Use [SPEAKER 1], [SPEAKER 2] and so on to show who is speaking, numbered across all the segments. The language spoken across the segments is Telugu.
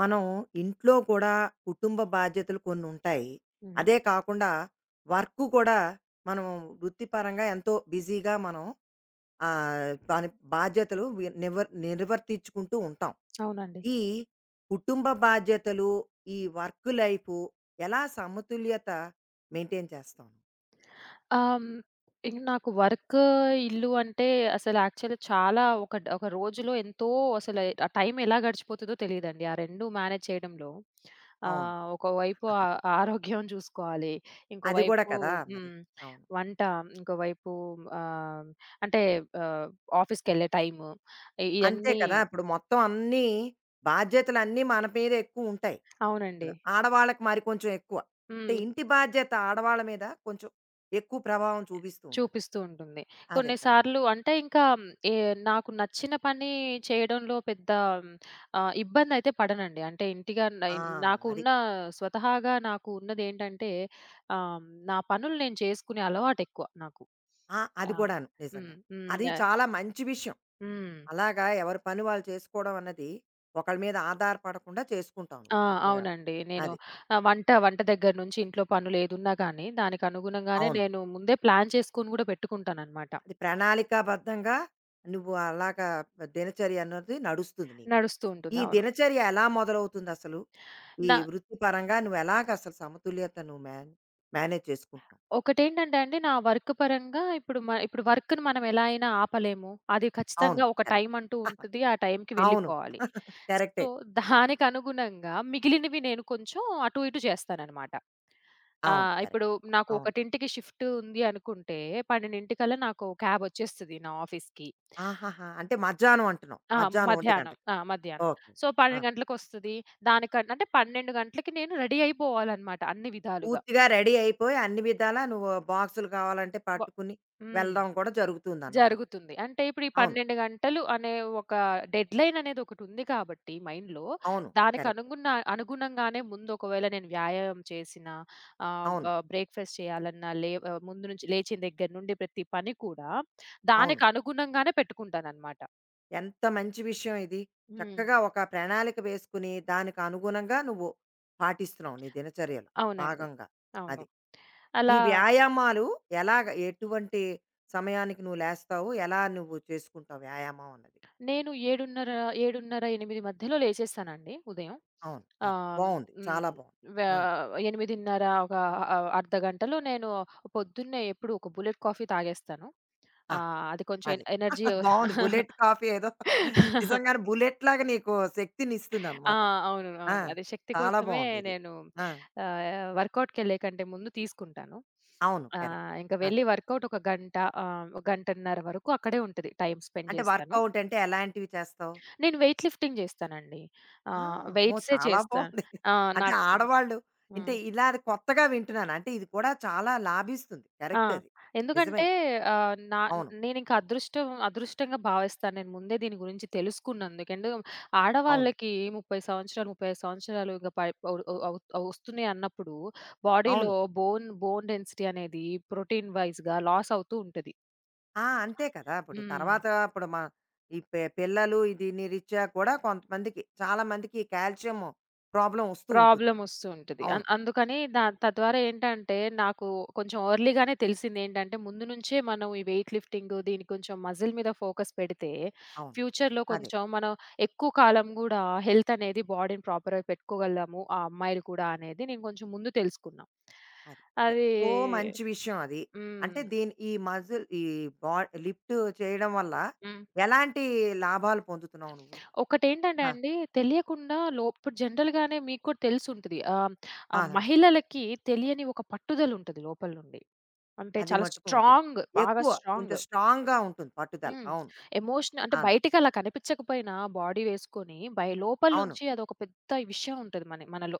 [SPEAKER 1] మనం ఇంట్లో కూడా కుటుంబ బాధ్యతలు కొన్ని ఉంటాయి.
[SPEAKER 2] హ్మ్.
[SPEAKER 1] అదే కాకుండా వర్క్ కూడా మనం వృత్తిపరంగా ఎంతో బిజీగా మనం దాని బాధ్యతలు వి నివర్ నిర్వర్తించుకుంటూ ఉంటాం.
[SPEAKER 2] అవునండి.
[SPEAKER 1] ఈ కుటుంబ బాధ్యతలు, ఈ వర్క్ లైఫు ఎలా సమతుల్యత మెయింటైన్ చేస్తాం?
[SPEAKER 2] ఆహ్, హ్మ్. ఇంక నాకు వర్క్, ఇల్లు అంటే అసలు యాక్చువల్‌గా చాలా ఒక రోజులో ఎంతో అసలు ఆ టైం ఎలా గడిచిపోతదో తెలీదండి. ఆ 2 మేనేజ్ చేయడంలో
[SPEAKER 1] అవును.
[SPEAKER 2] ఒకవైపు ఆ ఆరోగ్యం చూసుకోవాలి.
[SPEAKER 1] అది కూడా
[SPEAKER 2] ఇంకోవైపు
[SPEAKER 1] కదా! మరి.
[SPEAKER 2] హ్మ్.
[SPEAKER 1] అవును.
[SPEAKER 2] వంట, ఇంకోవైపు ఆహ్, అంటే ఆహ్, ఆఫీస్‌కెళ్ళే టైము
[SPEAKER 1] అంతే
[SPEAKER 2] ఇయన్నీ
[SPEAKER 1] కదా! ఇప్పుడు మొత్తం అన్ని బాధ్యతలు అన్నీ బాధ్యతలన్నీ మన మీద ఎక్కువ ఉంటాయి.
[SPEAKER 2] అవునండి.
[SPEAKER 1] కదా! ఆడవాళ్ళకి మరి కొంచెం ఎక్కువ. అంటే
[SPEAKER 2] హ్మ్.
[SPEAKER 1] ఇంటి బాధ్యత ఆడవాళ్ళ మీద కొంచెం ఎక్కువ ప్రభావం చూపిస్తూ ఉంటుంది.
[SPEAKER 2] చూపిస్తూ ఉంటుంది.
[SPEAKER 1] అదే కదా!
[SPEAKER 2] కొన్నిసార్లు అంటే ఇంకా మ్, ఏ నాకు నచ్చిన పని చేయడంలో పెద్ద ఇబ్బందయితే పడనండి. అంటే ఇంటిగా నై
[SPEAKER 1] ఆ!
[SPEAKER 2] నాకు
[SPEAKER 1] అది.
[SPEAKER 2] ఉన్న స్వతహాగా నాకు ఉన్నదేంటంటే, ఆహ్, నా పనులు నేను చేసుకునే అలవాటెక్కువ నాకు.
[SPEAKER 1] ఆ! అది
[SPEAKER 2] ఆ!
[SPEAKER 1] కూడాను నిజంగా.
[SPEAKER 2] హ్మ్. హ్మ్.
[SPEAKER 1] అది
[SPEAKER 2] యాహ్!
[SPEAKER 1] చాలా మంచి విషయం.
[SPEAKER 2] హ్మ్.
[SPEAKER 1] అలాగా ఎవరి పని వాళ్ళు చేసుకోవడం అన్నది ఒకళ్ళ మీద ఆధారపడకుండా చేసుకుంటావు
[SPEAKER 2] ఆ!
[SPEAKER 1] నువ్వు చక్కగాను.
[SPEAKER 2] అవునండి. నేను
[SPEAKER 1] అది.
[SPEAKER 2] వంట వంట దగ్గర నుంచి ఇంట్లో పనులేదున్నా గానీ, దానికి అనుగుణంగానే
[SPEAKER 1] అవును.
[SPEAKER 2] నేను ముందే ప్లాన్ చేసుకొని గూడా పెట్టుకుంటాననమాట.
[SPEAKER 1] అది ప్రణాళికాబద్ధంగా నువ్వు అలాగా దినచర్య అన్నది నడుస్తుంది నీకు.
[SPEAKER 2] నడుస్తూ
[SPEAKER 1] ఈ
[SPEAKER 2] ఉంటుంది. అవును.
[SPEAKER 1] దినచర్య ఎలా మొదలవుతుంది అసలు? ఈ
[SPEAKER 2] నా
[SPEAKER 1] వృత్తిపరంగా నువ్వు ఎలాగ అసలు సమతుల్యత నువ్వు మేనేజ్ చేసుకుంటున్నావు?
[SPEAKER 2] ఒకటేంటంటే అండి, నా వర్క్ పరంగా ఇప్పుడు ఇప్పుడు వర్క్‌ని మనం ఎలా అయినా ఆపలేము. అది
[SPEAKER 1] అవును.
[SPEAKER 2] ఖచ్చితంగా ఒక
[SPEAKER 1] కరెక్ట్.
[SPEAKER 2] టైం అంటూ ఉంటది. ఆ టైంకి
[SPEAKER 1] అవును.
[SPEAKER 2] వెళ్ళిపోవాలి.
[SPEAKER 1] కరెక్టే.
[SPEAKER 2] సో, దానికి అనుగుణంగా మిగిలినవి నేను కొంచెం అటు, ఇటు చేస్తాననమాట.
[SPEAKER 1] అవును. కరెక్ట్.
[SPEAKER 2] ఇప్పుడు నాకు
[SPEAKER 1] అవును.
[SPEAKER 2] 1కి షిఫ్ట్ ఉంది అనుకుంటే, 12:00కల్లా నాకు క్యాబొచ్చేస్తది నా ఆఫీస్‌కి.
[SPEAKER 1] ఆహాహా! అంటే మధ్యాహ్నం అంటున్నావు.
[SPEAKER 2] ఆ!
[SPEAKER 1] మధ్యాహ్నం 1
[SPEAKER 2] మధ్యాహ్నం.
[SPEAKER 1] గంటకి.
[SPEAKER 2] ఆ! మధ్యాహ్నం.
[SPEAKER 1] ఓకే.
[SPEAKER 2] సో,
[SPEAKER 1] ఆ!
[SPEAKER 2] 12 గంటలకొస్తది. అంటే 12 గంటలకి నేను రెడీ అయిపోవాలనమాట అన్ని విధాలుగా.
[SPEAKER 1] పూర్తిగా రెడీ అయిపోయి అన్ని విధాలా నువ్వు బాక్సులు కావాలంటే
[SPEAKER 2] వ
[SPEAKER 1] పట్టుకుని
[SPEAKER 2] హ్మ్.
[SPEAKER 1] వెళ్ళడం కూడా జరుగుతుందన్నమాట.
[SPEAKER 2] జరుగుతుంది. అంటే ఇప్పుడు ఈ
[SPEAKER 1] అవును.
[SPEAKER 2] 12 గంటలు అనే ఒక డెడ్‌లైన్ అనేదొకటుంది కాబట్టి మైండ్‌లో,
[SPEAKER 1] అవును. కరెక్ట్.
[SPEAKER 2] దానికనుగుణ అనుగుణంగానే ముందు ఒకవేళ నేను వ్యాయామం చేసినా, ఆహ్,
[SPEAKER 1] అవును.
[SPEAKER 2] ఆహ్, బ్రేక్‌ఫాస్ట్ చేయాలన్నా, ముందు నుంచి లేచిన దగ్గర నుండి ప్రతి పని కూడా
[SPEAKER 1] అవును.
[SPEAKER 2] దానికి అనుగుణంగానే పెట్టుకుంటాననమాట.
[SPEAKER 1] ఎంత మంచి విషయం ఇది.
[SPEAKER 2] హ్మ్.
[SPEAKER 1] చక్కగా ఒక ప్రణాళిక వేసుకుని, దానికి అనుగుణంగా నువ్వు పాటిస్తున్నావు నీ దినచర్యలో
[SPEAKER 2] అవునండి.
[SPEAKER 1] భాగంగా.
[SPEAKER 2] అవును.
[SPEAKER 1] అది. ఈ
[SPEAKER 2] అలా
[SPEAKER 1] వ్యాయామాలు ఎలాగ ఎటువంటి సమయానికి నువ్వు లేస్తావు? ఎలా నువ్వు చేసుకుంటావు వ్యాయామం అన్నది?
[SPEAKER 2] నేను 7:30, 7:30, 8 మధ్యలో లేచేస్తానండి ఉదయం.
[SPEAKER 1] అవును. అది.
[SPEAKER 2] ఆహ్,
[SPEAKER 1] బావుంది.
[SPEAKER 2] హ్మ్.
[SPEAKER 1] చాలా బావుంది.
[SPEAKER 2] వా
[SPEAKER 1] ఆ!
[SPEAKER 2] 8:30 ఒక అర్ధ గంటలో నేను పొద్దున్నే ఎప్పుడు ఒక బుల్లెట్ కాఫీ తాగేస్తాను.
[SPEAKER 1] ఆహా!
[SPEAKER 2] అది కొంచెం
[SPEAKER 1] అది.
[SPEAKER 2] ఎనర్జీ
[SPEAKER 1] బావుంది. బుల్లెట్ కాఫీ ఏదో నిజంగానే బుల్లెట్‌లాగా నీకు
[SPEAKER 2] ఆ!
[SPEAKER 1] శక్తినిస్తుందనమాట.
[SPEAKER 2] అవును.
[SPEAKER 1] ఆ!
[SPEAKER 2] అవును. అది శక్తి
[SPEAKER 1] చాలా
[SPEAKER 2] కోసమే
[SPEAKER 1] బావుందిది.
[SPEAKER 2] నేను,
[SPEAKER 1] ఆ!
[SPEAKER 2] వర్కౌట్‌కెళ్ళే కంటే ముందు తీసుకుంటాను.
[SPEAKER 1] అవును. కరెక్ట్.
[SPEAKER 2] ఇంక వెళ్లి
[SPEAKER 1] అదే.
[SPEAKER 2] వర్కౌట్ ఒక గంట, గంటన్నర వరకు అక్కడే ఉంటది. టైమ్ స్పెండ్
[SPEAKER 1] అంటే
[SPEAKER 2] చేస్తాను.
[SPEAKER 1] వర్కౌట్ అంటే ఎలాంటివి చేస్తావు?
[SPEAKER 2] నేను వెయిట్ లిఫ్టింగ్ జేస్తానండి.
[SPEAKER 1] ఆ! అమ్మో!
[SPEAKER 2] వెయిట్సే
[SPEAKER 1] చాలా
[SPEAKER 2] చేస్తాను.
[SPEAKER 1] బావుంది.
[SPEAKER 2] ఆ!
[SPEAKER 1] అంటే
[SPEAKER 2] నాకు
[SPEAKER 1] ఆడవాళ్ళు అంటే
[SPEAKER 2] హ్మ్.
[SPEAKER 1] ఇలా అది కొత్తగా వింటున్నాను. అంటే ఇది కూడా చాలా లాభిస్తుంది.
[SPEAKER 2] ఆ!
[SPEAKER 1] కరెక్ట్ అది. నిజమే.
[SPEAKER 2] ఎందుకంటే ఆహ్, నా
[SPEAKER 1] అవును.
[SPEAKER 2] నేనింక అదృష్టంగా భావిస్తాను. నేను ముందే దీని గురించి తెలుసుకున్నందుకు.
[SPEAKER 1] అవును.
[SPEAKER 2] ఆడవాళ్ళకి 30 సంవత్సరాలు, 35 సంవత్సరాలు ఇంక పై ఒ అవు ఒస్తున్నాయి అన్నప్పుడు
[SPEAKER 1] అవును.
[SPEAKER 2] బాడీలో బోన్ బోన్ డెన్సిటీ అనేది ప్రోటీన్ వైస్‌గా లాస్ అవుతూ ఉంటది.
[SPEAKER 1] ఆ! అంతే కదా! ఇప్పుడు
[SPEAKER 2] హ్మ్.
[SPEAKER 1] తర్వాత ఇప్పుడు మా ఈ పిల్లలు ఈ దీని రీత్యా కూడా కొంతమందికి చాలా మందికి ఈ కాల్షియం ప్రాబ్లమ్ వస్తూ ఉంటుంది.
[SPEAKER 2] ప్రాబ్లమొస్తూ ఉంటది.
[SPEAKER 1] అవును.
[SPEAKER 2] అందుకని తద్వారా ఏంటంటే, నాకు కొంచెం ఎర్లీగానే తెలిసిందేంటంటే, ముందు నుంచే మనం ఈ వెయిట్ లిఫ్టింగ్ దీని కొంచెం మజిల్ మీద ఫోకస్ పెడితే,
[SPEAKER 1] అవును.
[SPEAKER 2] ఫ్యూచర్‌లో
[SPEAKER 1] అదే.
[SPEAKER 2] కొంచెం మనం ఎక్కువ కాలం గూడా హెల్త్ అనేది బాడీని ప్రాపర్‌గా పెట్టుకోగలము. ఆ అమ్మాయిలు కూడా అనేది నేను కొంచెం ముందు తెలుసుకున్నా.
[SPEAKER 1] అది.
[SPEAKER 2] అది
[SPEAKER 1] ఎంతో మంచి విషయం అది. అంటే
[SPEAKER 2] హ్మ్.
[SPEAKER 1] దీని ఈ మజిల్ ఈ బా లిఫ్ట్ చేయడం వల్ల
[SPEAKER 2] హ్మ్.
[SPEAKER 1] ఎలాంటి లాభాలు పొందుతున్నావు నువ్వు?
[SPEAKER 2] ఒకటేంటంటే
[SPEAKER 1] ఆ!
[SPEAKER 2] అండి, తెలియకుండా లో ఇప్పుడు జనరల్‌గానే మీకు కూడా తెలిసుంటది. ఆ ఆ
[SPEAKER 1] ఆహా!
[SPEAKER 2] మహిళలకి తెలియని ఒక పట్టుదలుంటది లోపల నుండి. అంటే
[SPEAKER 1] అది
[SPEAKER 2] చాలా
[SPEAKER 1] మట్టుకు ఉంటుంది.
[SPEAKER 2] స్ట్రాంగ్. బాగా
[SPEAKER 1] ఎక్కువ
[SPEAKER 2] స్ట్రాంగ్.
[SPEAKER 1] కొంచెం స్ట్రాంగ్‌గా ఉంటుంది పట్టుదల.
[SPEAKER 2] హ్మ్.
[SPEAKER 1] అవును.
[SPEAKER 2] ఎమోషన్ అంటే
[SPEAKER 1] అవును.
[SPEAKER 2] బయటికలా కనిపించకపోయినా బాడీ వేసుకొని లోపల
[SPEAKER 1] అవును.
[SPEAKER 2] నుంచి అదొక పెద్ద విషయం ఉంటది మన మనలో.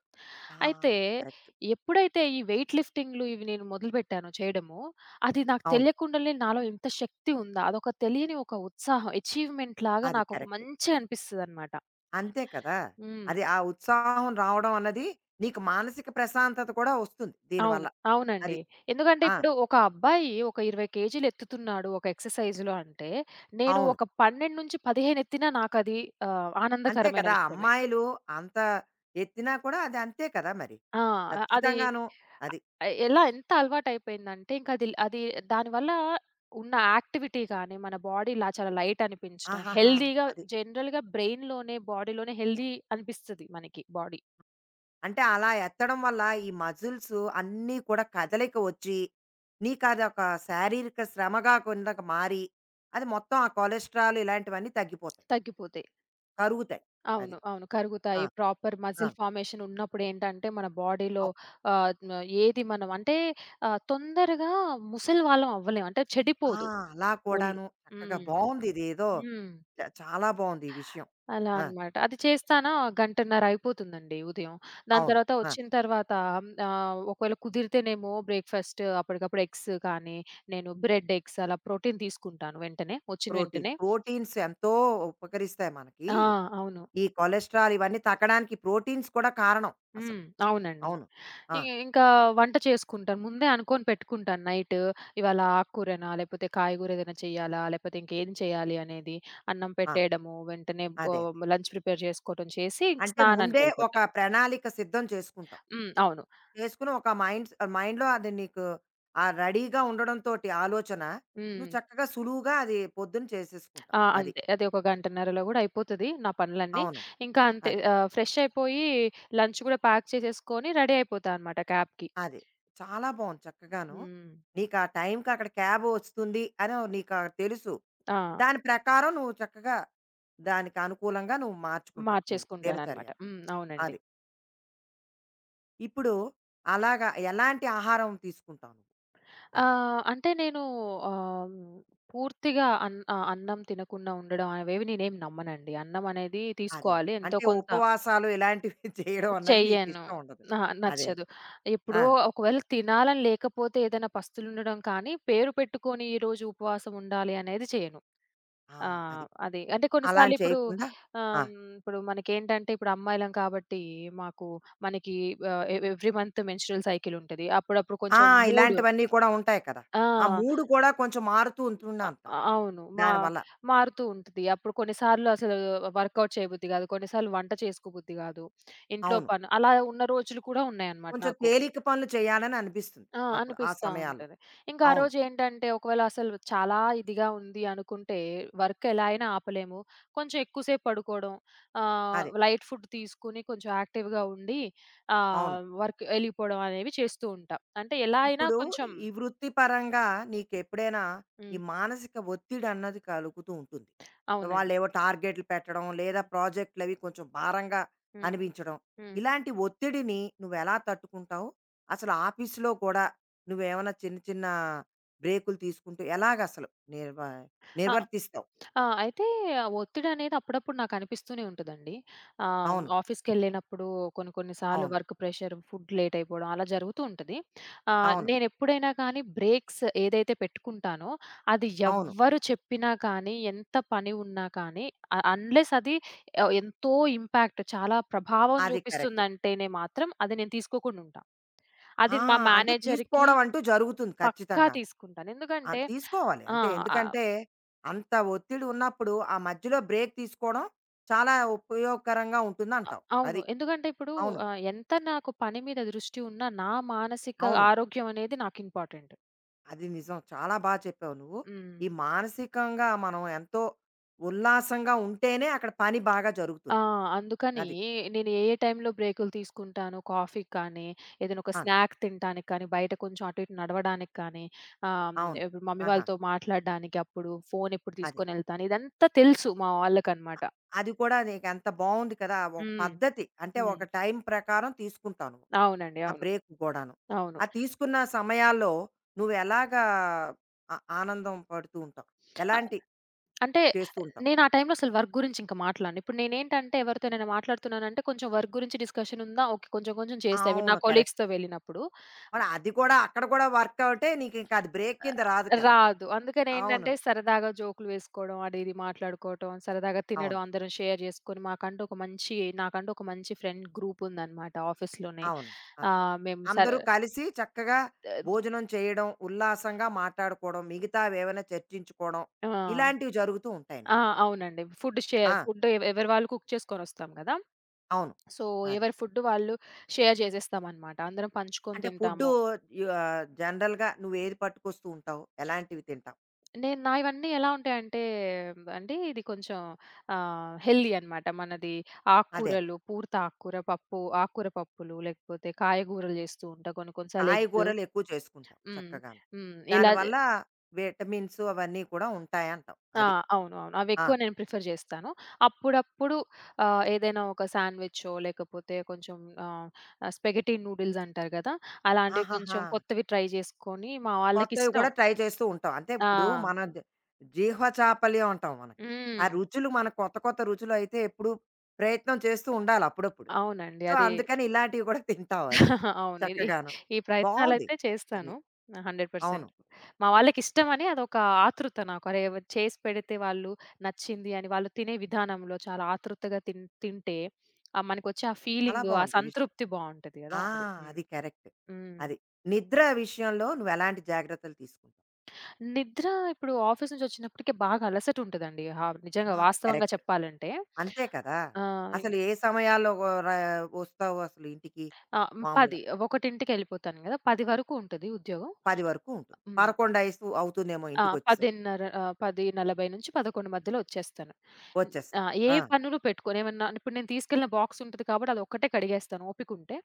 [SPEAKER 1] ఆ!
[SPEAKER 2] అయితే
[SPEAKER 1] అది కరెక్ట్.
[SPEAKER 2] ఎప్పుడైతే ఈ వెయిట్ లిఫ్టింగ్‌లు ఇవి నేను మొదలుపెట్టానో చేయడము, అది నాకు
[SPEAKER 1] అవును.
[SPEAKER 2] తెలియకుండానే నాలో ఇంత శక్తి ఉందా, అదొక తెలియని ఒక ఉత్సాహం, అచీవ్‌మెంట్ లాగా
[SPEAKER 1] అది
[SPEAKER 2] నాకొక
[SPEAKER 1] కరెక్ట్.
[SPEAKER 2] మంచిగా అనిపిస్తదనమాట.
[SPEAKER 1] అంతే కదా!
[SPEAKER 2] హ్మ్.
[SPEAKER 1] అది ఆ ఉత్సాహం రావడం అన్నది నీకు మానసిక ప్రశాంతత కూడా వస్తుంది దీనివల్ల.
[SPEAKER 2] అవును. అవునండి.
[SPEAKER 1] అది.
[SPEAKER 2] ఎందుకంటే
[SPEAKER 1] ఆ!
[SPEAKER 2] ఇప్పుడు ఒక అబ్బాయి ఒక 20 కేజీలు ఎత్తుతున్నాడు ఒక ఎక్సర్‌సైజ్‌లో అంటే, నేను
[SPEAKER 1] అవును.
[SPEAKER 2] ఒక 12-15 ఎత్తినా నాకది
[SPEAKER 1] అంతే
[SPEAKER 2] ఆనందకరమైన
[SPEAKER 1] కదా!
[SPEAKER 2] విషయమే.
[SPEAKER 1] అమ్మాయిలు అంత ఎత్తినా కూడా అది అంతే కదా మరి.
[SPEAKER 2] ఆ! అది
[SPEAKER 1] ఖచ్చితంగాను. అది.
[SPEAKER 2] ఎలా ఎంత అలవాటయిపోయిందంటే ఇంకది అది అది దానివల్ల ఉన్న యాక్టివిటీ గాని, మన బాడీ ఇలా చాలా లైట్ అనిపించడం,
[SPEAKER 1] ఆహాహా!
[SPEAKER 2] హెల్తీగా
[SPEAKER 1] అది.
[SPEAKER 2] జనరల్‌గా బ్రెయిన్‌లోనే, బాడీలోనే హెల్తీ అనిపిస్తది మనకి బాడీ
[SPEAKER 1] అంటే అలా ఎత్తడం వల్ల ఈ మజిల్స్ అన్నీ కూడా కదలిక వచ్చి, నీకు అదొక శారీరక శ్రమగా కిందకు మారి, అది మొత్తం ఆ కొలెస్ట్రాల్ ఇలాంటివన్నీ తగ్గిపోతాయి.
[SPEAKER 2] తగ్గిపోతే.
[SPEAKER 1] కరుగుతాయి. అది.
[SPEAKER 2] అవును. అవును.
[SPEAKER 1] ఆ!
[SPEAKER 2] కరుగుతాయి. ప్రాపర్
[SPEAKER 1] ఆ!
[SPEAKER 2] మజిల్ ఫార్మేషన్ ఉన్నప్పుడు ఏంటంటే మన బాడీలో
[SPEAKER 1] అవ్
[SPEAKER 2] ఆహ్, న ఏది మనం అంటే, తొందరగా ముసలి వాళ్ళం అవ్వలేం. అంటే
[SPEAKER 1] ఆ!
[SPEAKER 2] చెడిపోదు
[SPEAKER 1] అలా
[SPEAKER 2] ఒళ్ళు.
[SPEAKER 1] కూడాను. చక్కగా
[SPEAKER 2] హ్మ్.
[SPEAKER 1] బావుంది ఇదేదో
[SPEAKER 2] హ్మ్.
[SPEAKER 1] చాలా బావుంది ఈ విషయం.
[SPEAKER 2] అలా
[SPEAKER 1] ఆ!
[SPEAKER 2] అన్నమాట. అది చేస్తానా గంటన్నర అయిపోతుందండి ఉదయం. దాని
[SPEAKER 1] అవును.
[SPEAKER 2] తర్వాత
[SPEAKER 1] ఆ!
[SPEAKER 2] వచ్చిన తర్వాత ఒకవేళ కుదిరితేనేమో బ్రేక్‌ఫాస్ట్ అప్పటికప్పుడు ఎగ్స్ కానీ, నేను బ్రెడ్, ఎగ్స్ అలా ప్రోటీన్ తీసుకుంటాను వెంటనే. వచ్చిన
[SPEAKER 1] ప్రోటీన్.
[SPEAKER 2] వెంటనే.
[SPEAKER 1] ప్రోటీన్స్ ఎంతో ఉపకరిస్తాయి మనకి.
[SPEAKER 2] ఆ! అవును.
[SPEAKER 1] ఈ కొలెస్ట్రాల్ ఇవన్నీ తగ్గడానికి ప్రోటీన్స్ కూడా కారణం
[SPEAKER 2] హ్మ్.
[SPEAKER 1] అసలు.
[SPEAKER 2] అవునండి.
[SPEAKER 1] అవును. ఆ!
[SPEAKER 2] ఇంకా వంట చేసుకుంటాను. ముందే అనుకోని పెట్టుకుంటాను నైట్. ఇవాళ ఆకుకూరనా, లేపోతే కాయగూర ఏదైనా చేయాలా, లేపోతే ఇంకేం చేయాలి అనేది. అన్నం
[SPEAKER 1] ఆ!
[SPEAKER 2] పెట్టేయడము, వెంటనే
[SPEAKER 1] అదే.
[SPEAKER 2] లంచ్ ప్రిపేర్ చేసుకోవటం చేసి ఇంక
[SPEAKER 1] అంటే ముందే ఒక
[SPEAKER 2] స్నానానికెళ్ళిపోతా.
[SPEAKER 1] ప్రణాళిక సిద్ధం చేసుకుంటాం.
[SPEAKER 2] హ్మ్. అవును.
[SPEAKER 1] చేసుకొని ఒక మైండ్‌లో అది నీకు ఆ రెడీగా ఉండడంతోటి ఆలోచన,
[SPEAKER 2] హ్మ్.
[SPEAKER 1] నువ్వు చక్కగా సులువుగా అది పొద్దున చేసేసుకుంటావు.
[SPEAKER 2] ఆ!
[SPEAKER 1] అది.
[SPEAKER 2] అంతే. అది ఒక గంటన్నరలో గూడా అయిపోతది నా పనులన్నీ.
[SPEAKER 1] అవును.
[SPEAKER 2] ఇంకా అంతే
[SPEAKER 1] అది.
[SPEAKER 2] ఫ్రెష్ అయిపోయి లంచ్ గూడా ప్యాక్ చేసేసుకొని రెడీ అయిపోతా అనమాట క్యాబ్‌కి.
[SPEAKER 1] అది. చాలా బావుంది చక్కగాను.
[SPEAKER 2] హ్మ్.
[SPEAKER 1] నీకా టైంకి అక్కడ క్యాబ్ వస్తుంది అని నీకా తెలుసు.
[SPEAKER 2] ఆ!
[SPEAKER 1] దాని ప్రకారం నువ్వు చక్కగా దానికి అనుకూలంగా నువ్వు మార్చుకుంటావు నువ్వు
[SPEAKER 2] మార్చేసుకుంటాననమాట.
[SPEAKER 1] దినచర్యని.
[SPEAKER 2] హ్మ్. అవునండి.
[SPEAKER 1] అది. ఇప్పుడు అలాగా ఎలాంటి ఆహారం తీసుకుంటావు నువ్వు? అది.
[SPEAKER 2] అంటే నేను, ఆహ్, హ్మ్, అన్నం తినకుండా ఉండడం అనేవి నేనేమి నమ్మనండి. అన్నం అనేది
[SPEAKER 1] అదే అదే.
[SPEAKER 2] తీసుకోవాలి ఎంతో
[SPEAKER 1] అంటే
[SPEAKER 2] కొంత.
[SPEAKER 1] ఉపవాసాలు ఇలాంటివి చేయడం అన్నది నీకు
[SPEAKER 2] చెయ్యను.
[SPEAKER 1] ఇష్టం ఉండదు.
[SPEAKER 2] అహా!
[SPEAKER 1] అదే అదే.
[SPEAKER 2] నచ్చదు.
[SPEAKER 1] ఆ!
[SPEAKER 2] ఎప్పుడో ఒకవేళ తినాలని లేకపోతే ఏదైనా పస్తులుండడం కానీ, పేరు పెట్టుకొని ఈరోజు ఉపవాసం ఉండాలి అనేది చేయను.
[SPEAKER 1] ఆ!
[SPEAKER 2] ఆ!
[SPEAKER 1] అది.
[SPEAKER 2] అది అంటే
[SPEAKER 1] అలా
[SPEAKER 2] కొన్నిసార్లు
[SPEAKER 1] అని
[SPEAKER 2] ఇప్పుడు
[SPEAKER 1] చేయకుండా ఆ!
[SPEAKER 2] ఇప్పుడు మనకేంటంటే ఇప్పుడు అమ్మాయిలం కాబట్టి మాకు మనకి ఆహ్, a every month menstrual cycle ఉంటది. అప్పుడప్పుడు
[SPEAKER 1] ఆ!
[SPEAKER 2] కొంచెం మూడ్
[SPEAKER 1] ఇలాంటివన్నీ కూడా ఉంటాయి కదా! ఆ
[SPEAKER 2] ఆ!
[SPEAKER 1] మూడ్ కూడా కొంచెం మారుతూ ఉంటుంది
[SPEAKER 2] అ
[SPEAKER 1] అంటారు.
[SPEAKER 2] అవును.
[SPEAKER 1] దానివల్ల.
[SPEAKER 2] మారుతూ ఉంటది. అప్పుడు కొన్నిసార్లు అసలు వర్కౌట్ చేయబుద్ధి గాదు. కొన్నిసార్లు వంట చేసుకోబుద్ధి గాదు. ఇంట్లో
[SPEAKER 1] అవును.
[SPEAKER 2] అలా ఉన్న రోజులు కూడా ఉన్నాయన్నమాట
[SPEAKER 1] కొంచెం
[SPEAKER 2] నాకు.
[SPEAKER 1] తేలిక పనులు చేయాలని అనిపిస్తుంది.
[SPEAKER 2] ఆ!
[SPEAKER 1] అప్పుడు ఆ
[SPEAKER 2] అనిపిస్తా
[SPEAKER 1] సమయాల్లో.
[SPEAKER 2] ఉంటది. ఇంకా ఆ
[SPEAKER 1] అవును.
[SPEAKER 2] రోజేంటంటే ఒకవేళ అసలు చాలా ఇదిగా ఉంది అనుకుంటే, వర్క్ ఎలా అయినా ఆపలేము. కొంచెం ఎక్కువ సేపు పడుకోవడం,
[SPEAKER 1] అదే.
[SPEAKER 2] లైట్ ఫుడ్ తీసుకొని కొంచెం యాక్టివ్‌గా ఉండి,
[SPEAKER 1] అవును.
[SPEAKER 2] వర్క్ ఎళ్ళిపోవడం అనేవి చేస్తూ ఉంటా. అంటే ఎలా అయినా
[SPEAKER 1] ఇప్పుడు
[SPEAKER 2] కొంచెం
[SPEAKER 1] ఈ వృత్తిపరంగా నీకెప్పుడైనా ఈ
[SPEAKER 2] హ్మ్.
[SPEAKER 1] మానసిక ఒత్తిడి అన్నది కలుగుతూ ఉంటుంది.
[SPEAKER 2] అవునండి.
[SPEAKER 1] వాళ్ళేవో టార్గెట్‌లు పెట్టడం, లేదా
[SPEAKER 2] హ్మ్.
[SPEAKER 1] ప్రాజెక్ట్‌లవి కొంచెం భారంగా
[SPEAKER 2] హ్మ్.
[SPEAKER 1] అనిపించడం.
[SPEAKER 2] హ్మ్.
[SPEAKER 1] ఇలాంటి ఒత్తిడిని నువ్వెలా తట్టుకుంటావు? అసలు ఆఫీస్‌లో కూడా నువ్వేమైనా చిన్న చిన్న బ్రేకులు తీసుకుంటూ ఎలాగసలు నిర్వ
[SPEAKER 2] ఆ!
[SPEAKER 1] నిర్వర్తిస్తావు?
[SPEAKER 2] ఆ! అయితే ఒత్తిడనేది అప్పుడప్పుడు నాకనిపిస్తూనే ఉంటదండి.
[SPEAKER 1] అవును.
[SPEAKER 2] ఆఫీస్‌కెళ్ళినప్పుడు కొన్ని కొన్ని సార్లు
[SPEAKER 1] అవును.
[SPEAKER 2] వర్క్ ప్రెషర్, ఫుడ్ లేట్ అయిపోవడం అలా జరుగుతూ ఉంటది.
[SPEAKER 1] అవును.
[SPEAKER 2] నేనెప్పుడైనా కానీ బ్రేక్స్ ఏదైతే పెట్టుకుంటానో అది
[SPEAKER 1] అవును.
[SPEAKER 2] ఎవ్వరు చెప్పినా కానీ, ఎంత పని ఉన్నా కానీ అన్‌లెస్ అది, ఎంతో చాలా ప్రభావం
[SPEAKER 1] అది కరెక్ట్.
[SPEAKER 2] చూపిస్తుందంటేనే మాత్రం అది నేను తీసుకోకుండా ఉంటా.
[SPEAKER 1] ఆ!
[SPEAKER 2] అది మా
[SPEAKER 1] అంటే
[SPEAKER 2] మేనేజర్‌కి
[SPEAKER 1] తీసుకోవడం అంటూ జరుగుతుంది
[SPEAKER 2] పక్కా
[SPEAKER 1] ఖచ్చితంగాను.
[SPEAKER 2] తీసుకుంటాను.
[SPEAKER 1] ఆ!
[SPEAKER 2] ఎందుకంటే
[SPEAKER 1] తీసుకోవాలి
[SPEAKER 2] ఆ!
[SPEAKER 1] అంతే. ఎందుకంటే, అంత ఒత్తిడి ఉన్నప్పుడు ఆ మధ్యలో బ్రేక్ తీసుకోవడం చాలా ఉపయోగకరంగా ఉంటుందంటావు.
[SPEAKER 2] అవును.
[SPEAKER 1] అది.
[SPEAKER 2] ఎందుకంటే ఇప్పుడు
[SPEAKER 1] అవును.
[SPEAKER 2] ఎంత నాకు పని మీద దృష్టి ఉన్నా, నా మానసిక
[SPEAKER 1] అవును.
[SPEAKER 2] ఆరోగ్యం అనేది నాకు ఇంపార్టెంట్.
[SPEAKER 1] అది నిజం. చాలా చెప్పావు నువ్వు.
[SPEAKER 2] హ్మ్.
[SPEAKER 1] ఈ మానసికంగా మనం ఎంతో ఉల్లాసంగా ఉంటేనే అక్కడ పని బాగా
[SPEAKER 2] ఆ!
[SPEAKER 1] జరుగుతుంది.
[SPEAKER 2] అందుకని
[SPEAKER 1] అది.
[SPEAKER 2] నేను ఏ టైంలో బ్రేకులు తీసుకుంటాను, కాఫీకి కానీ, ఏదైనా ఒక
[SPEAKER 1] అవును.
[SPEAKER 2] స్నాక్ తినటానికి కానీ, బయట కొంచెం అటు ఇటు నడవడానికి కానీ, ఆహ్,
[SPEAKER 1] అవును.
[SPEAKER 2] ఇప్పుడు మమ్మీ
[SPEAKER 1] ఆహా!
[SPEAKER 2] వాళ్ళతో మాట్లాడడానికి అప్పుడు, ఫోన్ ఎప్పుడు
[SPEAKER 1] అది.
[SPEAKER 2] తీసుకొనెళ్తాను, ఇదంతా తెలుసు మా వాళ్ళకనమాట.
[SPEAKER 1] అది కూడా నీకెంత బావుంది కదా! ఒక
[SPEAKER 2] హ్మ్.
[SPEAKER 1] పద్ధతి. అంటే ఒక
[SPEAKER 2] హ్మ్.
[SPEAKER 1] టైం ప్రకారం తీసుకుంటావు నువ్వు.
[SPEAKER 2] అవునండి.
[SPEAKER 1] ఆ
[SPEAKER 2] అవును.
[SPEAKER 1] బ్రేక్ కూడాను.
[SPEAKER 2] అవును.
[SPEAKER 1] ఆ తీసుకున్న సమయాల్లో నువ్వెలాగా ఆ ఆనందం పడుతూ ఉంటావు?
[SPEAKER 2] అ
[SPEAKER 1] ఎలాంటి
[SPEAKER 2] అంటే
[SPEAKER 1] చేస్తూ ఉంటావు?
[SPEAKER 2] నేను ఆ టైంలో అసలు వర్క్ గురించి ఇంక మాట్లాడను. ఇప్పుడు నేనేంటంటే ఎవరితోనైనా మాట్లాడుతున్నానంటే కొంచెం వర్క్ గురించి డిస్కషన్ ఉందా ఓకే. కొంచెం కొంచెం చేస్తా. ఇప్పుడు నా
[SPEAKER 1] అవును. కరెక్ట్.
[SPEAKER 2] కొలీగ్స్‌తో వెళ్ళినప్పుడు
[SPEAKER 1] మరి అది కూడా అక్కడ కూడా వర్క్ అవుటే నీకింక అది బ్రేక్
[SPEAKER 2] ఆ,
[SPEAKER 1] కింద రాదు కదా!
[SPEAKER 2] రాదు. అందుకని
[SPEAKER 1] అవును.
[SPEAKER 2] ఏంటంటే సరదాగా జోకులు వేసుకోవడం, అది ఇది మాట్లాడుకోవటం, సరదాగా
[SPEAKER 1] అవును.
[SPEAKER 2] తినడం అందరం షేర్ చేసుకొని మాకంటూ ఒక మంచి నాకంటూ ఒక మంచి ఫ్రెండ్ గ్రూప్ ఉందనమాట ఆఫీస్‌లోనే.
[SPEAKER 1] అవును. ఆహా!
[SPEAKER 2] ఆహ్, మేము సర
[SPEAKER 1] అందరూ కలిసి చక్కగా భోజనం చేయడం, ఉల్లాసంగా మాట్లాడుకోవడం, మిగతావేవైనా చర్చించుకోవడం
[SPEAKER 2] ఆహ్,
[SPEAKER 1] ఇలాంటివి జరుగుతూ ఉంటాయి
[SPEAKER 2] ఆ!
[SPEAKER 1] నీకు.
[SPEAKER 2] అవునండి.
[SPEAKER 1] ఆ!
[SPEAKER 2] ఫుడ్ ఎవరి వాళ్ళు కుక్ చేసుకొనొస్తాం గదా!
[SPEAKER 1] అవును.
[SPEAKER 2] సో,
[SPEAKER 1] అదే.
[SPEAKER 2] ఎవరి ఫుడ్ వాళ్ళు షేర్ చేసేస్తామనమాట. అందరం పంచుకొని
[SPEAKER 1] అంటే ఫుడ్డు
[SPEAKER 2] తింటాము.
[SPEAKER 1] జనరల్‌గా నువ్వేది పట్టుకొస్తూ ఉంటావు? ఎలాంటివి తింటావు?
[SPEAKER 2] నేను నావన్నీ ఎలా ఉంటాయంటే అండి, ఇది కొంచెం హెల్తీ అనమాట. మనది
[SPEAKER 1] అదే. అదే.
[SPEAKER 2] ఆకుకూరలు, పూర్తి ఆకుకూర పప్పు, ఆకుకూర పప్పులు లేకపోతే కాయగూరలు చేస్తూ ఉంటా. కొన్ని కొన్ని సార్లు
[SPEAKER 1] కాయగూరలు ఎక్కువ చేసుకుంటాం
[SPEAKER 2] హ్మ్.
[SPEAKER 1] చక్కగాను.
[SPEAKER 2] హ్మ్. ఇలా జే
[SPEAKER 1] దానివల్ల విటమిన్స్ అవన్నీ కూడా ఉంటాయంటావు.
[SPEAKER 2] ఆ!
[SPEAKER 1] అది.
[SPEAKER 2] అవును. అవును.
[SPEAKER 1] ఆ!
[SPEAKER 2] అవెక్కువ నేను ప్రిఫర్ చేస్తాను. అప్పుడప్పుడు ఏదైనా ఒక శాండ్‌విచో లేకపోతే కొంచెం ఆహ్, స్పాగెటీ నూడిల్స్ అంటారు కదా! అలాంటివి
[SPEAKER 1] ఆహాహా!
[SPEAKER 2] కొంచెం కొత్తవి ట్రై చేసుకొని మా
[SPEAKER 1] కొత్తవి
[SPEAKER 2] వాళ్ళకిష్టం.
[SPEAKER 1] కూడా ట్రై చేస్తూ ఉంటాం. అంటే
[SPEAKER 2] ఆ!
[SPEAKER 1] ఇప్పుడు మన జీహ్వచాపల్యం అంటాం మనకి. ఆ
[SPEAKER 2] హ్మ్.
[SPEAKER 1] రుచులు మన కొత్త కొత్త రుచులయితే ఎప్పుడూ ప్రయత్నం చేస్తూ ఉండాలి అప్పుడప్పుడు.
[SPEAKER 2] అవునండి.
[SPEAKER 1] సో,
[SPEAKER 2] అది
[SPEAKER 1] అందుకని ఇలాంటివి కూడా తింటాం అది.
[SPEAKER 2] అవును. ఇది
[SPEAKER 1] చక్కగాను.
[SPEAKER 2] ఈ
[SPEAKER 1] బావుంది.
[SPEAKER 2] ప్రయత్నాలైతే
[SPEAKER 1] అది.
[SPEAKER 2] చేస్తాను. 100%
[SPEAKER 1] అవును.
[SPEAKER 2] మా వాళ్ళకిష్టమని అదొక ఆతృత నాకు. అరే! చేసి పెడితే వాళ్ళు నచ్చింది అని వాళ్ళు తినే విధానంలో చాలా ఆతృతగా తింటే మనకొచ్చే ఆ
[SPEAKER 1] చాలా
[SPEAKER 2] ఫీలింగు, ఆ
[SPEAKER 1] బావుంది ఈ విషయం.
[SPEAKER 2] సంతృప్తి బావుంటది గదా!
[SPEAKER 1] ఆ!
[SPEAKER 2] అది. హ్మ్.
[SPEAKER 1] అది కరెక్ట్.
[SPEAKER 2] హ్మ్.
[SPEAKER 1] అది. నిద్ర విషయంలో నువ్వెలాంటి జాగ్రత్తలు తీసుకుంటావు?
[SPEAKER 2] నిద్ర ఇప్పుడు ఆఫీస్ నుంచి వచ్చినప్పటికే బాగా అలసట ఉంటదండి. హా నిజంగా
[SPEAKER 1] ఆ!
[SPEAKER 2] వాస్తవంగా
[SPEAKER 1] కరెక్ట్.
[SPEAKER 2] చెప్పాలంటే.
[SPEAKER 1] అంతే కదా!
[SPEAKER 2] ఆహ్,
[SPEAKER 1] అసలు ఏ సమయాల్లో వ రా వస్తావు అసలు ఇంటికి?
[SPEAKER 2] ఆహ్, 10,
[SPEAKER 1] మామూలుగా
[SPEAKER 2] 1కి ఎళ్ళిపోతాను గదా! 10 వరకు ఉంటది ఉద్యోగం.
[SPEAKER 1] 10 వరకు ఉంటుంది.
[SPEAKER 2] హ్మ్.
[SPEAKER 1] 11:00 అవుతుందేమో
[SPEAKER 2] ఆ!
[SPEAKER 1] ఇంటికొచ్చేసరికి.
[SPEAKER 2] 10:30 10:40 నుంచి 11 మధ్యలో వచ్చేస్తాను. హ్మ్. ఆ!
[SPEAKER 1] వచ్చేస్తావు.
[SPEAKER 2] ఏ
[SPEAKER 1] ఆ!
[SPEAKER 2] పనులు పెట్టుకోను. ఏమన్నా ఇప్పుడు నేను తీసుకెళ్ళిన బాక్స్ ఉంటది కాబట్టి అదొక్కటే కడిగేస్తాను ఓపికుంటే.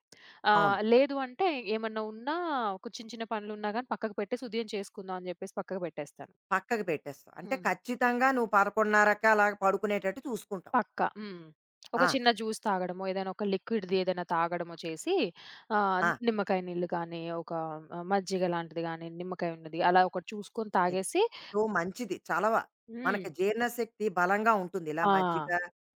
[SPEAKER 1] అవును.
[SPEAKER 2] లేదు అంటే ఏమన్నా ఉన్నా, ఒక చిన్న చిన్న పనులున్నా గాని పక్కకు పెట్టేసి ఉదయం చేసుకుందాం అని చెప్పేసి పక్కకు పెట్టేస్తాను.
[SPEAKER 1] పక్కకి పెట్టేస్తావు. అంటే
[SPEAKER 2] హ్మ్.
[SPEAKER 1] ఖచ్చితంగా నువ్వు 11:30కి అలాగా పడుకునేటట్టు చూసుకుంటావు.
[SPEAKER 2] పక్కా. హ్మ్. ఒక
[SPEAKER 1] ఆ!
[SPEAKER 2] చిన్న జ్యూస్ తాగడమో, ఏదైనా ఒక లిక్విడ్‌ది ఏదైనా తాగడమో చేసి ఆహ్,
[SPEAKER 1] ఆ!
[SPEAKER 2] నిమ్మకాయ నీళ్ళు గానీ, ఒక మజ్జిగ లాంటిది గానీ, నిమ్మకాయ ఉన్నది అలా ఒకటి చూసుకొని
[SPEAKER 1] అది.
[SPEAKER 2] తాగేసి
[SPEAKER 1] ఎంతో మంచిది చలవ.
[SPEAKER 2] హ్మ్.
[SPEAKER 1] మనకి జీర్ణశక్తి బలంగా ఉంటుంది. ఇలా
[SPEAKER 2] ఆ!
[SPEAKER 1] మజ్జిగ,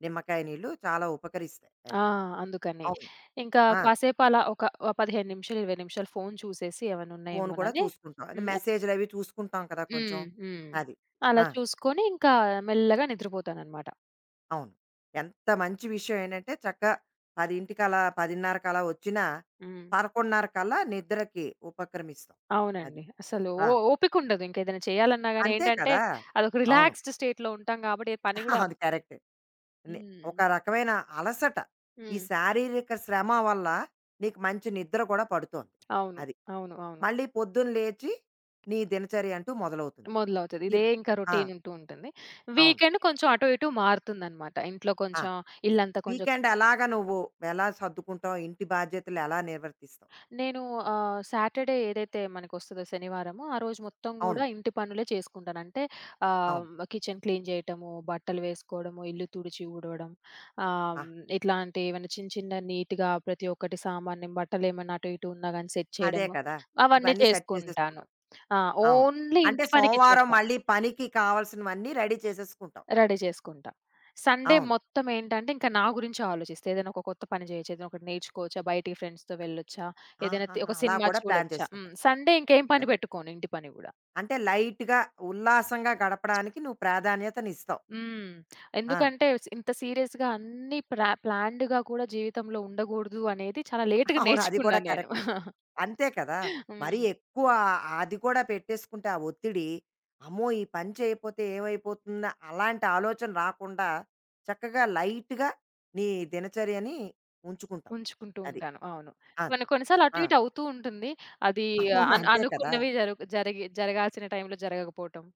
[SPEAKER 1] నిమ్మకాయ నీళ్ళు చాలా ఉపకరిస్తాయి
[SPEAKER 2] ఆ!
[SPEAKER 1] అవి.
[SPEAKER 2] అందుకని.
[SPEAKER 1] అవును.
[SPEAKER 2] ఇంకా
[SPEAKER 1] ఆ!
[SPEAKER 2] కాసేపు అలా ఒక 15 నిమిషాలు, 20 నిమిషాలు ఫోను చూసేసి ఏమైనా
[SPEAKER 1] ఫోను కూడా
[SPEAKER 2] ఉన్నాయేమోనని
[SPEAKER 1] చూసుకుంటాం. అంటే
[SPEAKER 2] హ్మ్.
[SPEAKER 1] మెసేజ్‌లవి చూసుకుంటాం కదా
[SPEAKER 2] హ్మ్.
[SPEAKER 1] కొంచెం.
[SPEAKER 2] హ్మ్.
[SPEAKER 1] అది.
[SPEAKER 2] అలా
[SPEAKER 1] ఆ!
[SPEAKER 2] చూసుకొని ఇంకా మెల్లగా నిద్రపోతాననమాట.
[SPEAKER 1] అవును. ఎంత మంచి విషయం ఏంటంటే చక్కగా 10:00కి అలా 10:30 కలా వచ్చినా
[SPEAKER 2] హ్మ్.
[SPEAKER 1] 11:30 కల్లా నిద్రకి ఉపక్రమిస్తాం. అది.
[SPEAKER 2] అవునండి. అసలు
[SPEAKER 1] ఆ!
[SPEAKER 2] ఓపికుండదు. ఇంకేదైనా చేయాలన్నా గాని
[SPEAKER 1] అంతే
[SPEAKER 2] ఏంటంటే
[SPEAKER 1] కదా!
[SPEAKER 2] అదొక
[SPEAKER 1] అవును.
[SPEAKER 2] రిలాక్స్‌డ్ స్టేట్‌లో ఉంటాం కాబట్టి ఏ పని గూడా
[SPEAKER 1] అది కరెక్టే. ని
[SPEAKER 2] హ్మ్.
[SPEAKER 1] ఒక రకమైన అలసట. ఈ
[SPEAKER 2] హ్మ్.
[SPEAKER 1] శారీరక శ్రమ వల్ల నీకు మంచి నిద్ర కూడా పడుతోంది.
[SPEAKER 2] అవును.
[SPEAKER 1] అది.
[SPEAKER 2] అవును. అవును.
[SPEAKER 1] మళ్ళీ పొద్దున లేచి నీ దినచర్య అంటూ మొదలవుతుంది.
[SPEAKER 2] మొదలవుతది. ఇదే
[SPEAKER 1] ఈర్
[SPEAKER 2] ఇంకా
[SPEAKER 1] ఆ!
[SPEAKER 2] రొటీన్ ఉంటూ ఉంటుంది.
[SPEAKER 1] అవును.
[SPEAKER 2] వీకెండ్ కొంచెం అటు ఇటు మారుతుందనమాట. ఇంట్లో
[SPEAKER 1] ఆ!
[SPEAKER 2] కొంచెం ఇల్లంతా కొంచెం
[SPEAKER 1] వీకెండ్ ఎలాగా నువ్వు ఎలా సర్దుకుంటావు? ఇంటి బాధ్యతలు ఎలా నిర్వర్తిస్తావు?
[SPEAKER 2] నేను, సాటర్‌డే ఏదైతే మనకొస్తదో శనివారమో, ఆ రోజు మొత్తం
[SPEAKER 1] అవును.
[SPEAKER 2] గూడా ఇంటి పనులే చేసుకుంటాను. అంటే ఆహ్,
[SPEAKER 1] అవును.
[SPEAKER 2] కిచెన్ క్లీన్ జేయటము, బట్టలు వేసుకోవడము, ఇల్లు తుడిచి ఊడవడం, ఆహ్,
[SPEAKER 1] ఆహా!
[SPEAKER 2] ఇట్లాంటి ఏమైనా చిన్న చిన్న నీట్‌గా ప్రతి ఒక్కటి సామాన్యం బట్టలేమన్నా అటు ఇటు ఉన్నా గాని సెట్
[SPEAKER 1] అదే
[SPEAKER 2] చేయడము
[SPEAKER 1] కదా!
[SPEAKER 2] అవన్నీ
[SPEAKER 1] ఇవన్నీ సెట్
[SPEAKER 2] చేసుకుంటాను.
[SPEAKER 1] చేసేసుకుంటాం.
[SPEAKER 2] ఆ!
[SPEAKER 1] అవును.
[SPEAKER 2] ఓన్లీ
[SPEAKER 1] అంటే
[SPEAKER 2] ఇంటి
[SPEAKER 1] సోమవారం
[SPEAKER 2] పనికిచ్చేస్తా.
[SPEAKER 1] మళ్ళీ పనికి కావాల్సినవన్నీ రెడీ చేసేసుకుంటాం.
[SPEAKER 2] రెడీ చేసుకుంటా. సండే
[SPEAKER 1] అవును.
[SPEAKER 2] మొత్తం ఏంటంటే, ఇంక నా గురించే ఆలోచిస్తా. ఏదైనా ఒక కొత్త పని చేయొచ్చు. ఏదైనా ఒకటి నేర్చుకోవచ్చా? బయటికి ఫ్రెండ్స్‌తో వెళ్ళొచ్చా? ఏదైనా
[SPEAKER 1] ఆహాహా!
[SPEAKER 2] ఒక
[SPEAKER 1] అలా
[SPEAKER 2] సినిమా
[SPEAKER 1] కూడా ప్లాన్
[SPEAKER 2] చూడొచ్చా? హ్మ్.
[SPEAKER 1] చేసుకుంటావు.
[SPEAKER 2] సండే ఇంకేం పని
[SPEAKER 1] ఎన్
[SPEAKER 2] పెట్టుకోను. ఇంటి పని గూడా.
[SPEAKER 1] అంటే లైట్‌గా, ఉల్లాసంగా గడపడానికి నువ్వు ప్రాధాన్యతనిస్తావు.
[SPEAKER 2] హ్మ్.
[SPEAKER 1] ఆ!
[SPEAKER 2] ఎందుకంటే, ఇంత సీరియస్‌గా అన్నీ ప్లాన్డ్‌గా కూడా జీవితంలో ఉండగూడదు అనేది చాలా లేట్‌గా
[SPEAKER 1] అవును. అది కూడా
[SPEAKER 2] నేర్చుకున్నా నేను.
[SPEAKER 1] కరెక్టే. అంతే కదా! మరీ
[SPEAKER 2] హ్మ్.
[SPEAKER 1] ఎక్కువ అది కూడా పెట్టేసుకుంటే ఆ ఒత్తిడి, అమ్మో! ఈ పని చేయకపోతే ఏమైపోతుందా? అలాంటి ఆలోచన రాకుండా చక్కగా లైట్‌గా నీ దినచర్యని ఉంచుకుంటావు.
[SPEAKER 2] ఉంచుకుంటూ
[SPEAKER 1] అది.
[SPEAKER 2] ఉంటాను. అవును.
[SPEAKER 1] అది.
[SPEAKER 2] కొన్ని కొన్ని సార్లు అటు
[SPEAKER 1] ఆ!
[SPEAKER 2] ఇటు అవుతూ ఉంటుంది. అది
[SPEAKER 1] అవును. అంతే కదా!
[SPEAKER 2] అనుకున్నవి జరుగు జరిగి జరగాల్సిన టైంలో జరగకపోవటం.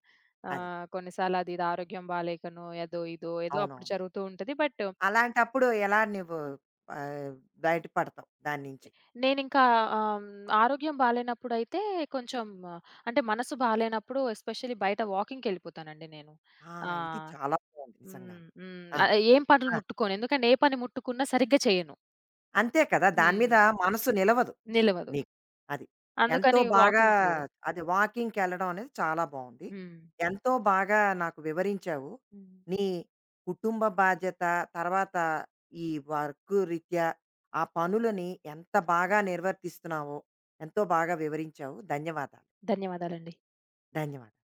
[SPEAKER 1] అది.
[SPEAKER 2] కొన్నిసార్లు అది ఇది ఆరోగ్యం బాలేకనో ఏదో ఇదో ఏదో అప్పుడు
[SPEAKER 1] అవునవును.
[SPEAKER 2] జరుగుతూ ఉంటది. బట్
[SPEAKER 1] అలాంటప్పుడు ఎలా నువ్వు ఆహ్, బయట పడతావు దాని నుంచి?
[SPEAKER 2] నేనింకా ఆరోగ్యం బాలేనప్పుడైతే కొంచెం ఆ, అంటే మనసు బాలేనప్పుడు ఎస్పెషల్లీ బయట వాకింగ్‌కెళ్ళిపోతానండి నేను.
[SPEAKER 1] ఆ!
[SPEAKER 2] ఆ!
[SPEAKER 1] ఇది చాలా బావుంది
[SPEAKER 2] హ్మ్.
[SPEAKER 1] నిజంగాను.
[SPEAKER 2] హ్మ్.
[SPEAKER 1] ఆ!
[SPEAKER 2] ఏం పనులు
[SPEAKER 1] ఆ!
[SPEAKER 2] ముట్టుకోను. ఎందుకంటే ఏ పని ముట్టుకున్నా సరిగ్గా చేయను.
[SPEAKER 1] అంతే కదా! దాని మీద
[SPEAKER 2] హ్మ్.
[SPEAKER 1] మనసు నిలవదు
[SPEAKER 2] నిలవదు.
[SPEAKER 1] నీకు. అది. ఎంతో
[SPEAKER 2] అందుకని
[SPEAKER 1] బాగా
[SPEAKER 2] వాకింగ్‌కి
[SPEAKER 1] అది వాకింగ్‌కెళ్ళడం అనేది చాలా బావుంది.
[SPEAKER 2] హ్మ్.
[SPEAKER 1] ఎంతో బాగా నాకు వివరించావు.
[SPEAKER 2] హ్మ్.
[SPEAKER 1] నీ కుటుంబ బాధ్యత, తర్వాత ఈ వర్క్ రీత్యా ఆ పనులని ఎంత బాగా నిర్వర్తిస్తున్నావో ఎంతో బాగా వివరించావు. ధన్యవాదాలు.
[SPEAKER 2] ధన్యవాదాలండి.
[SPEAKER 1] ధన్యవాదాలు.